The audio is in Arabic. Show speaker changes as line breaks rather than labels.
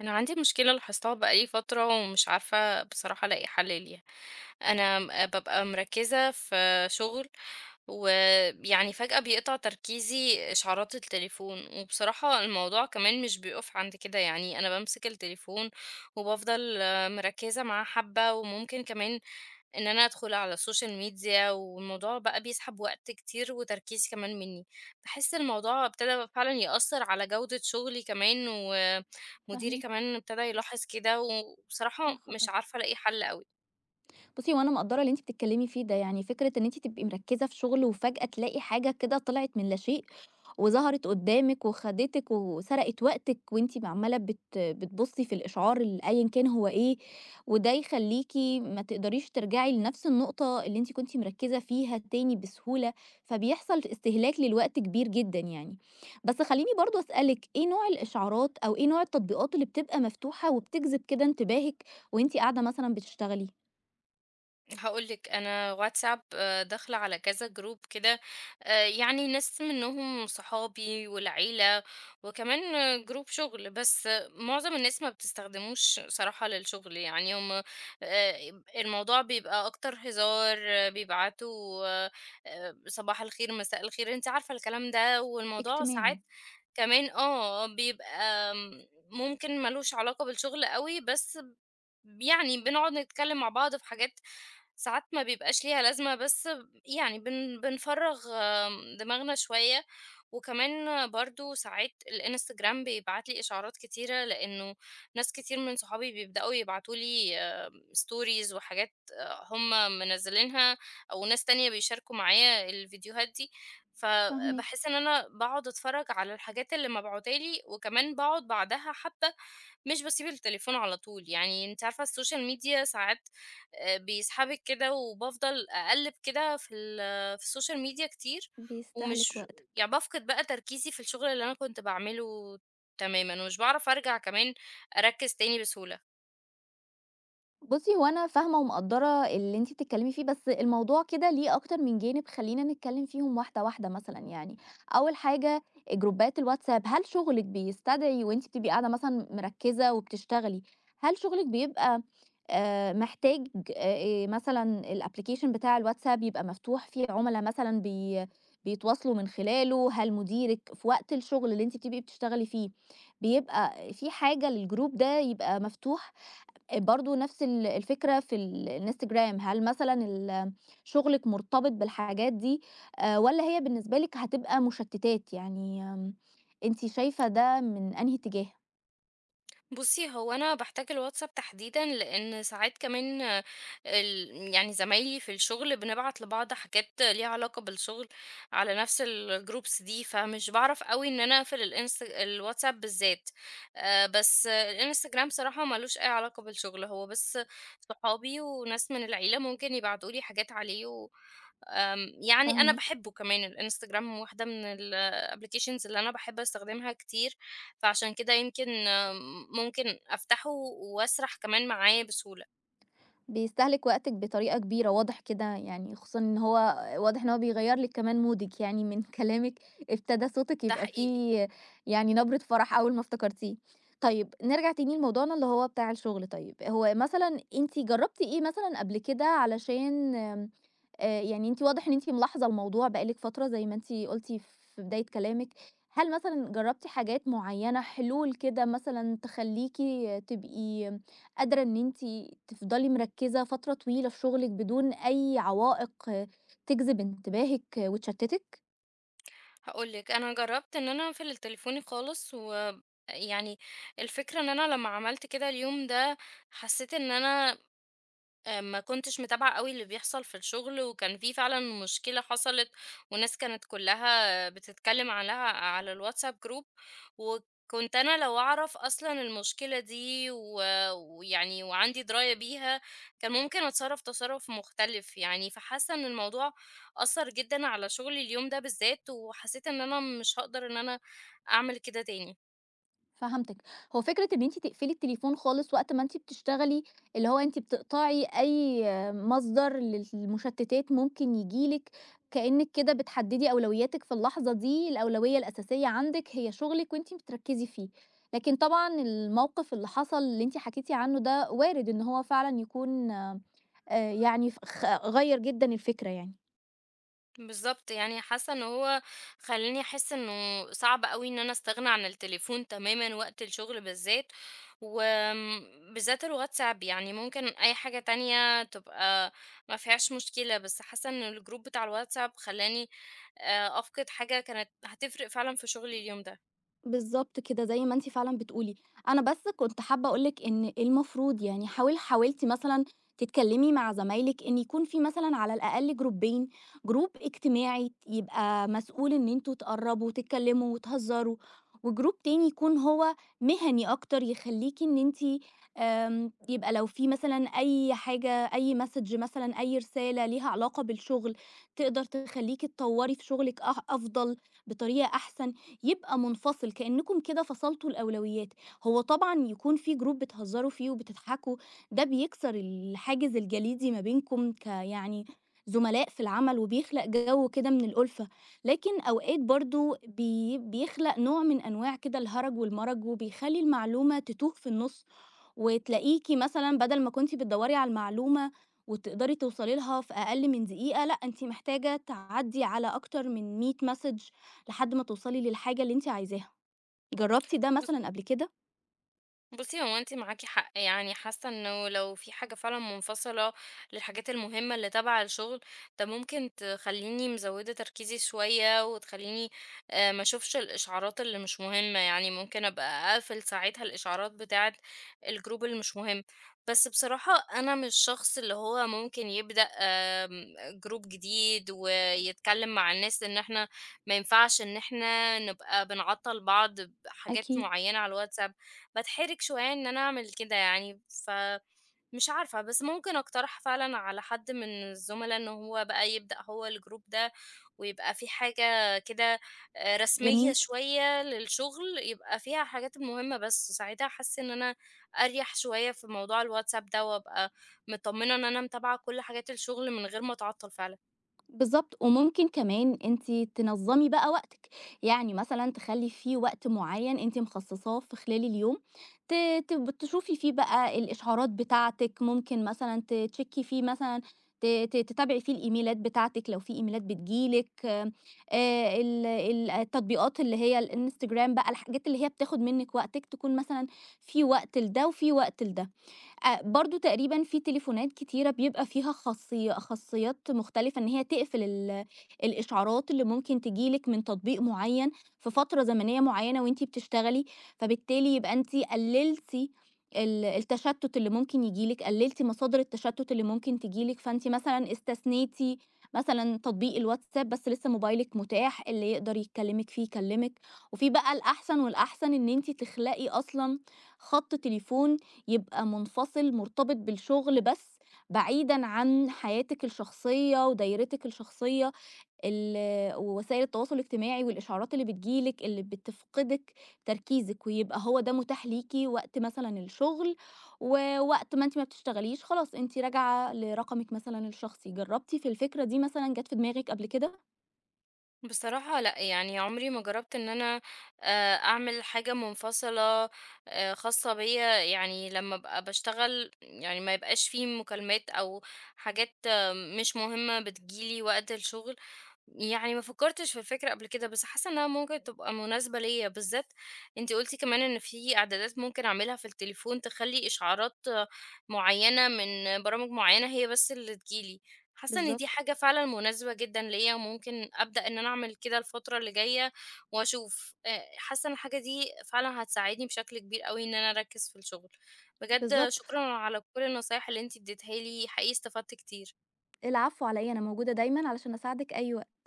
أنا عندي مشكلة لاحظتها بقى لي فترة ومش عارفة بصراحة ألاقي حل ليها. أنا بابقى مركزة في شغل، ويعني فجأة بيقطع تركيزي إشعارات التليفون، وبصراحة الموضوع كمان مش بيقف عند كده، يعني أنا بمسك التليفون وبفضل مركزة معاه حبة، وممكن كمان إن أنا أدخل على السوشيال ميديا، والموضوع بقى بيسحب وقت كتير وتركيز كمان منّي. باحس الموضوع ابتدى فعلًا يأثّر على جودة شغلي كمان، ومديري
فاهماكِ،
كمان ابتدى يلاحظ كده، وبصراحة
يا
مش
خبر!
عارفة ألاقي حل أوي.
بُصّي، هو أنا مقدّرة اللي أنتِ بتتكلّمي فيه ده، يعني فكرة إن أنتِ تبقي مركّزة في شغل وفجأة تلاقي حاجة كده طلعت من لا شيء، وظهرت قدّامِك وخدتِك وسرقت وقتِك وأنتِ عمّالة بتبُصّي في الإشعار أيًا كان هو إيه، وده يخلّيكِ ما تقدريش ترجعي لنفس النقطة اللي أنتِ كنتِ مركّزة فيها تاني بسهولة، فبيحصل استهلاك للوقت كبير جدًا يعني. بس خلّيني برضه أسألِك إيه نوع الإشعارات أو إيه نوع التطبيقات اللي بتبقى مفتوحة وبتجذب كده انتباهِك وأنتِ قاعدة مثلًا بتشتغلي؟
هاقول لِك، أنا واتساب داخلة على كذا جروب كده، يعني ناس منهم صحابي والعيلة، وكمان جروب شغل، بس معظم الناس ما بتستخدموش صراحة للشغل، يعني هم الموضوع بيبقى أكتر هزار، بيبعتوا صباح الخير، مساء الخير، أنتِ عارفة الكلام ده، والموضوع ساعات
اجتماعي،
كمان بيبقى ممكن ما لوش علاقة بالشغل أوي، بس يعني بنقعد نتكلم مع بعض في حاجات ساعات ما بيبقاش ليها لازمة، بس ب يعني بنفرّغ دماغنا شوية. وكمان برضه ساعات الإنستجرام بيبعت لي إشعارات كتيرة، لإنه ناس كتير من صحابي بيبدأوا يبعتوا لي stories وحاجات هم منزّلينها، أو ناس تانية بيشاركوا معايا الفيديوهات دي،
فاهماكِ،
فباحس إن أنا باقعد أتفرّج على الحاجات اللي مبعوتة لي، وكمان باقعد بعدها حبّة، مش باسيب التليفون على طول. يعني أنتِ عارفة السوشيال ميديا ساعات بيسحبِك كده، وبافضل أقلِّب كده في في السوشيال ميديا كتير،
بيستهلك
ومش
وقتِك.
يعني بافقد بقى تركيزي في الشغل اللي أنا كنت باعمله تمامًا، ومش باعرف أرجع كمان أركّز تاني بسهولة.
بُصّي، هو أنا فاهمة ومقدّرة اللي أنتِ بتتكلّمي فيه، بس الموضوع كده ليه أكتر من جانب، خلّينا نتكلّم فيهم واحدة، واحدة مثلًا يعني. أول حاجة جروبات الواتساب، هل شُغلِك بيستدعي وأنتِ بتبقي قاعدة مثلًا مركّزة وبتشتغلي، هل شُغلِك بيبقى محتاج، مثلًا الapplication بتاع الواتساب يبقى مفتوح فيه عُملا مثلًا بيتواصلوا من خلاله، هل مديرِك في وقت الشُغل اللي أنتِ بتبقي بتشتغلي فيه، بيبقى في حاجة للجروب ده يبقى مفتوح؟ برضه نفس الفكرة في الInstagram، هل مثلًا شغلِك مرتبط بالحاجات دي، والّا هي بالنسبة لِك هتبقى مشتتات؟ يعني أنتِ شايفة ده من أنهي اتجاه؟
بُصّي، هو أنا باحتاج الواتساب تحديدًا، لإن ساعات كمان ال يعني زمايلي في الشغل بنبعت لبعض حاجات ليها علاقة بالشغل على نفس الgroups دي، فمش باعرف أوي إن أنا أقفل الواتساب بالذات. بس الإنستجرام صراحة ما لوش أي علاقة بالشغل، هو بس صحابي وناس من العيلة ممكن يبعتوا لي حاجات عليه، و يعني أنا
فاهماكِ.
باحبه كمان، الإنستجرام واحدة من الapplications اللي أنا باحب أستخدمها كتير، فعشان كده يمكن ممكن أفتحه وأسرح كمان معاه بسهولة،
بيستهلك وقتِك بطريقة كبيرة، واضح كده يعني، خصوصًا إن هو واضح إن هو بيغيّر لِك كمان مودِك، يعني من كلامِك ابتدى صوتِك
ده
يبقى
حقيقي.
فيه يعني نبرة فرح أول ما افتكرتيه. طيب نرجع تاني لموضوعنا اللي هو بتاع الشغل، طيب، هو مثلًا أنتِ جرّبتِ إيه مثلًا قبل كده علشان يعني أنتِ واضح إن أنتِ ملاحظة الموضوع بقى لِك فترة زي ما أنتِ قُلتِ في بداية كلامِك، هل مثلًا جرّبتِ حاجات معيّنة، حلول كده مثلًا تخلّيكِ تبقي قادرة إن أنتِ تفضلي مركزة فترة طويلة في شغلِك بدون أي عوائق تجذب انتباهِك وتشتتِك؟
هاقول لِك، أنا جرّبت إن أنا أقفل التليفوني خالص، و يعني الفكرة إن أنا لمّا عملت كده اليوم ده، حسيت إن أنا ما كنتش متابعة أوي اللي بيحصل في الشغل، وكان في فعلًا مشكلة حصلت، والناس كانت كلّها بتتكلّم عليها على الWhatsApp group، وكنت أنا لو أعرف أصلًا المشكلة دي و ويعني وعندي دراية بيها، كان ممكن أتصرّف تصرُّف مختلف يعني. فحاسّة إن الموضوع أثّر جدًا على شغلي اليوم ده بالذات، وحسّيت إن أنا مش هاقدر إن أنا أعمل كده تاني.
فهمتِك. هو فكرة إن أنتِ تقفلي التليفون خالص وقت ما أنتِ بتشتغلي، اللي هو أنتِ بتقطعي أي مصدر للمشتتات ممكن ييجي لِك، كأنِك كده بتحددي أولوياتِك في اللحظة دي، الأولوية الأساسية عندِك هي شغلِك وأنتِ بتركزي فيه. لكن طبعًا الموقف اللي حصل اللي أنتِ حكيتِ عنه ده وارد إن هو فعلًا يكون يعني ف خ غيّر جدًا الفكرة يعني.
بالضبط، يعني حاسة إن هو خلّاني أحس إنه صعب أوي إن أنا أستغنى عن التليفون تمامًا وقت الشغل بالذات، وآمم بالذات الواتساب، يعني ممكن أي حاجة تانية تبقى ما فيهاش مشكلة، بس حاسة إن الجروب بتاع الواتساب خلّاني أفقد حاجة كانت هتفرق فعلًا في شغلي اليوم ده.
بالضبط كده، زي ما أنتِ فعلًا بتقولي. أنا بس كنت حابة أقول لِك إن إيه المفروض، يعني حاولتِ مثلًا تتكلّمي مع زمايلِك إن يكون في مثلًا على الأقل جروبين، جروب اجتماعي يبقى مسؤول إن أنتم تقرّبوا تتكلّموا وتهزّروا، وجروب تاني يكون هو مهني أكتر يخلّيكِ إن أنتِ يبقى لو في مثلًا أي حاجة، أي message مثلًا، أي رسالة ليها علاقة بالشغل، تقدر تخلّيكِ تطوّري في شغلِك أفضل بطريقة أحسن. يبقى منفصل كأنكم كده فصلتوا الأولويات، هو طبعًا يكون في جروب بتهزروا فيه وبتضحكوا ده بيكسر الحاجز الجليدي ما بينكم يعني زملاء في العمل، وبيخلق جو كده من الألفة، لكن أوقات برضه بيخلق نوع من أنواع كده الهرج والمرج، وبيخلّي المعلومة تتوه في النُص، وتلاقيكِ مثلًا بدل ما كنتِ بتدوّري على المعلومة وتقدري توصلي لها في أقل من دقيقة، لأ أنتِ محتاجة تعدّي على أكتر من 100 مسج لحد ما توصلي للحاجة اللي أنتِ عايزاها، جرّبتِ ده مثلًا قبل كده؟
بُصّي، هو أنتِ معاكِ حق، يعني حاسة إنه لو في حاجة فعلًا منفصلة للحاجات المهمة اللي تبع الشغل، ده ممكن تخلّيني مزوّدة تركيزي شوية، وتخلّيني ما أشوفش الإشعارات اللي مش مهمة، يعني ممكن أبقى أقفل ساعتها الإشعارات بتاعة الجروب اللي مش مهم. بس بصراحة أنا مش الشخص اللي هو ممكن يبدأ جروب جديد ويتكلم مع الناس إن إحنا ما ينفعش إن إحنا نبقى بنعطّل بعض بحاجات
أكيد.
معيّنة على الWhatsApp. باتحرج شوية إن أنا أعمل كده يعني، فمش عارفة، بس ممكن أقترح فعلًا على حد من الزملا إن هو بقى يبدأ هو الجروب ده، ويبقى في حاجة كده رسمية
جميل،
شوية للشغل، يبقى فيها الحاجات المهمة بس. ساعتها حاسة إن أنا أريح شوية في موضوع الواتساب ده، وأبقى متطمنة إن أنا متابعة كل حاجات الشغل من غير ما أتعطل فعلًا.
بالضبط، وممكن كمان أنتِ تنظّمي بقى وقتِك، يعني مثلًا تخلّي في وقت معيّن أنتِ مخصصاه في خلال اليوم ت تب تشوفي فيه بقى الإشعارات بتاعتِك، ممكن مثلًا تتشيكي فيه مثلًا، ت ت تتابعي فيه الإيميلات بتاعتِك لو في إيميلات بتيجي لِك، ال ال التطبيقات اللي هي الإنستجرام بقى، الحاجات اللي هي بتاخد منِّك وقتِك، تكون مثلًا في وقت لده وفي وقت لده. برضه تقريبًا في تليفونات كتيرة بيبقى فيها خاصيات مختلفة إن هي تقفل الإشعارات اللي ممكن تيجي لِك من تطبيق معيّن في فترة زمنية معيّنة وأنتِ بتشتغلي، فبالتالي يبقى أنتِ قلّلتِ التشتُّت اللي ممكن ييجي لِك، قلّلتِ مصادر التشتُّت اللي ممكن تيجي لِك، فأنتِ مثلًا استثنيتِ مثلًا تطبيق الواتساب بس لسه موبايلِك متاح، اللي يقدر يكلّمِك فيه يكلّمِك، وفي بقى الأحسن والأحسن إن أنتِ تخلقي أصلًا خَط تليفون يبقى منفصل، مرتبط بالشغل بس، بعيدًا عن حياتِك الشخصية ودايرتِك الشخصية ال ووسائل التواصل الاجتماعي والإشعارات اللي بتيجي لِك اللي بتفقدِك تركيزِك، ويبقى هو ده متاح ليكِ وقت مثلًا الشغل، ووقت ما أنتِ ما بتشتغليش خلاص أنتِ راجعة لرقمِك مثلًا الشخصي. جربتِ في الفكرة دي مثلًا، جات في دماغِك قبل كده؟
بصراحة لأ، يعني عمري ما جرّبت إن أنا أعمل حاجة منفصلة خاصة بيّا، يعني لمّا أبقى باشتغل يعني ما يبقاش في مكالمات أو حاجات مش مهمة بتيجي لي وقت الشغل. يعني ما فكرتش في الفكرة قبل كده، بس حاسة إنها ممكن تبقى مناسبة ليّا، بالذات أنتِ قُلتِ كمان إن في إعدادات ممكن أعملها في التليفون تخلّي إشعارات معيّنة من برامج معيّنة هي بس اللي تيجي لي. حاسة إن دي
بالضبط،
حاجة فعلًا مناسبة جدًا ليّا، وممكن أبدأ إن أنا أعمل كده الفترة اللي جاية وأشوف. حاسة إن الحاجة دي فعلًا هتساعدني بشكل كبير أوي إن أنا أركّز في الشغل. بجد
بالضبط.
شكرًا على كل النصايح اللي أنتِ اديتيها لي، حقيقي استفدت كتير.
العفو على إيه، أنا موجودة دايمًا علشان أساعدِك أي وقت.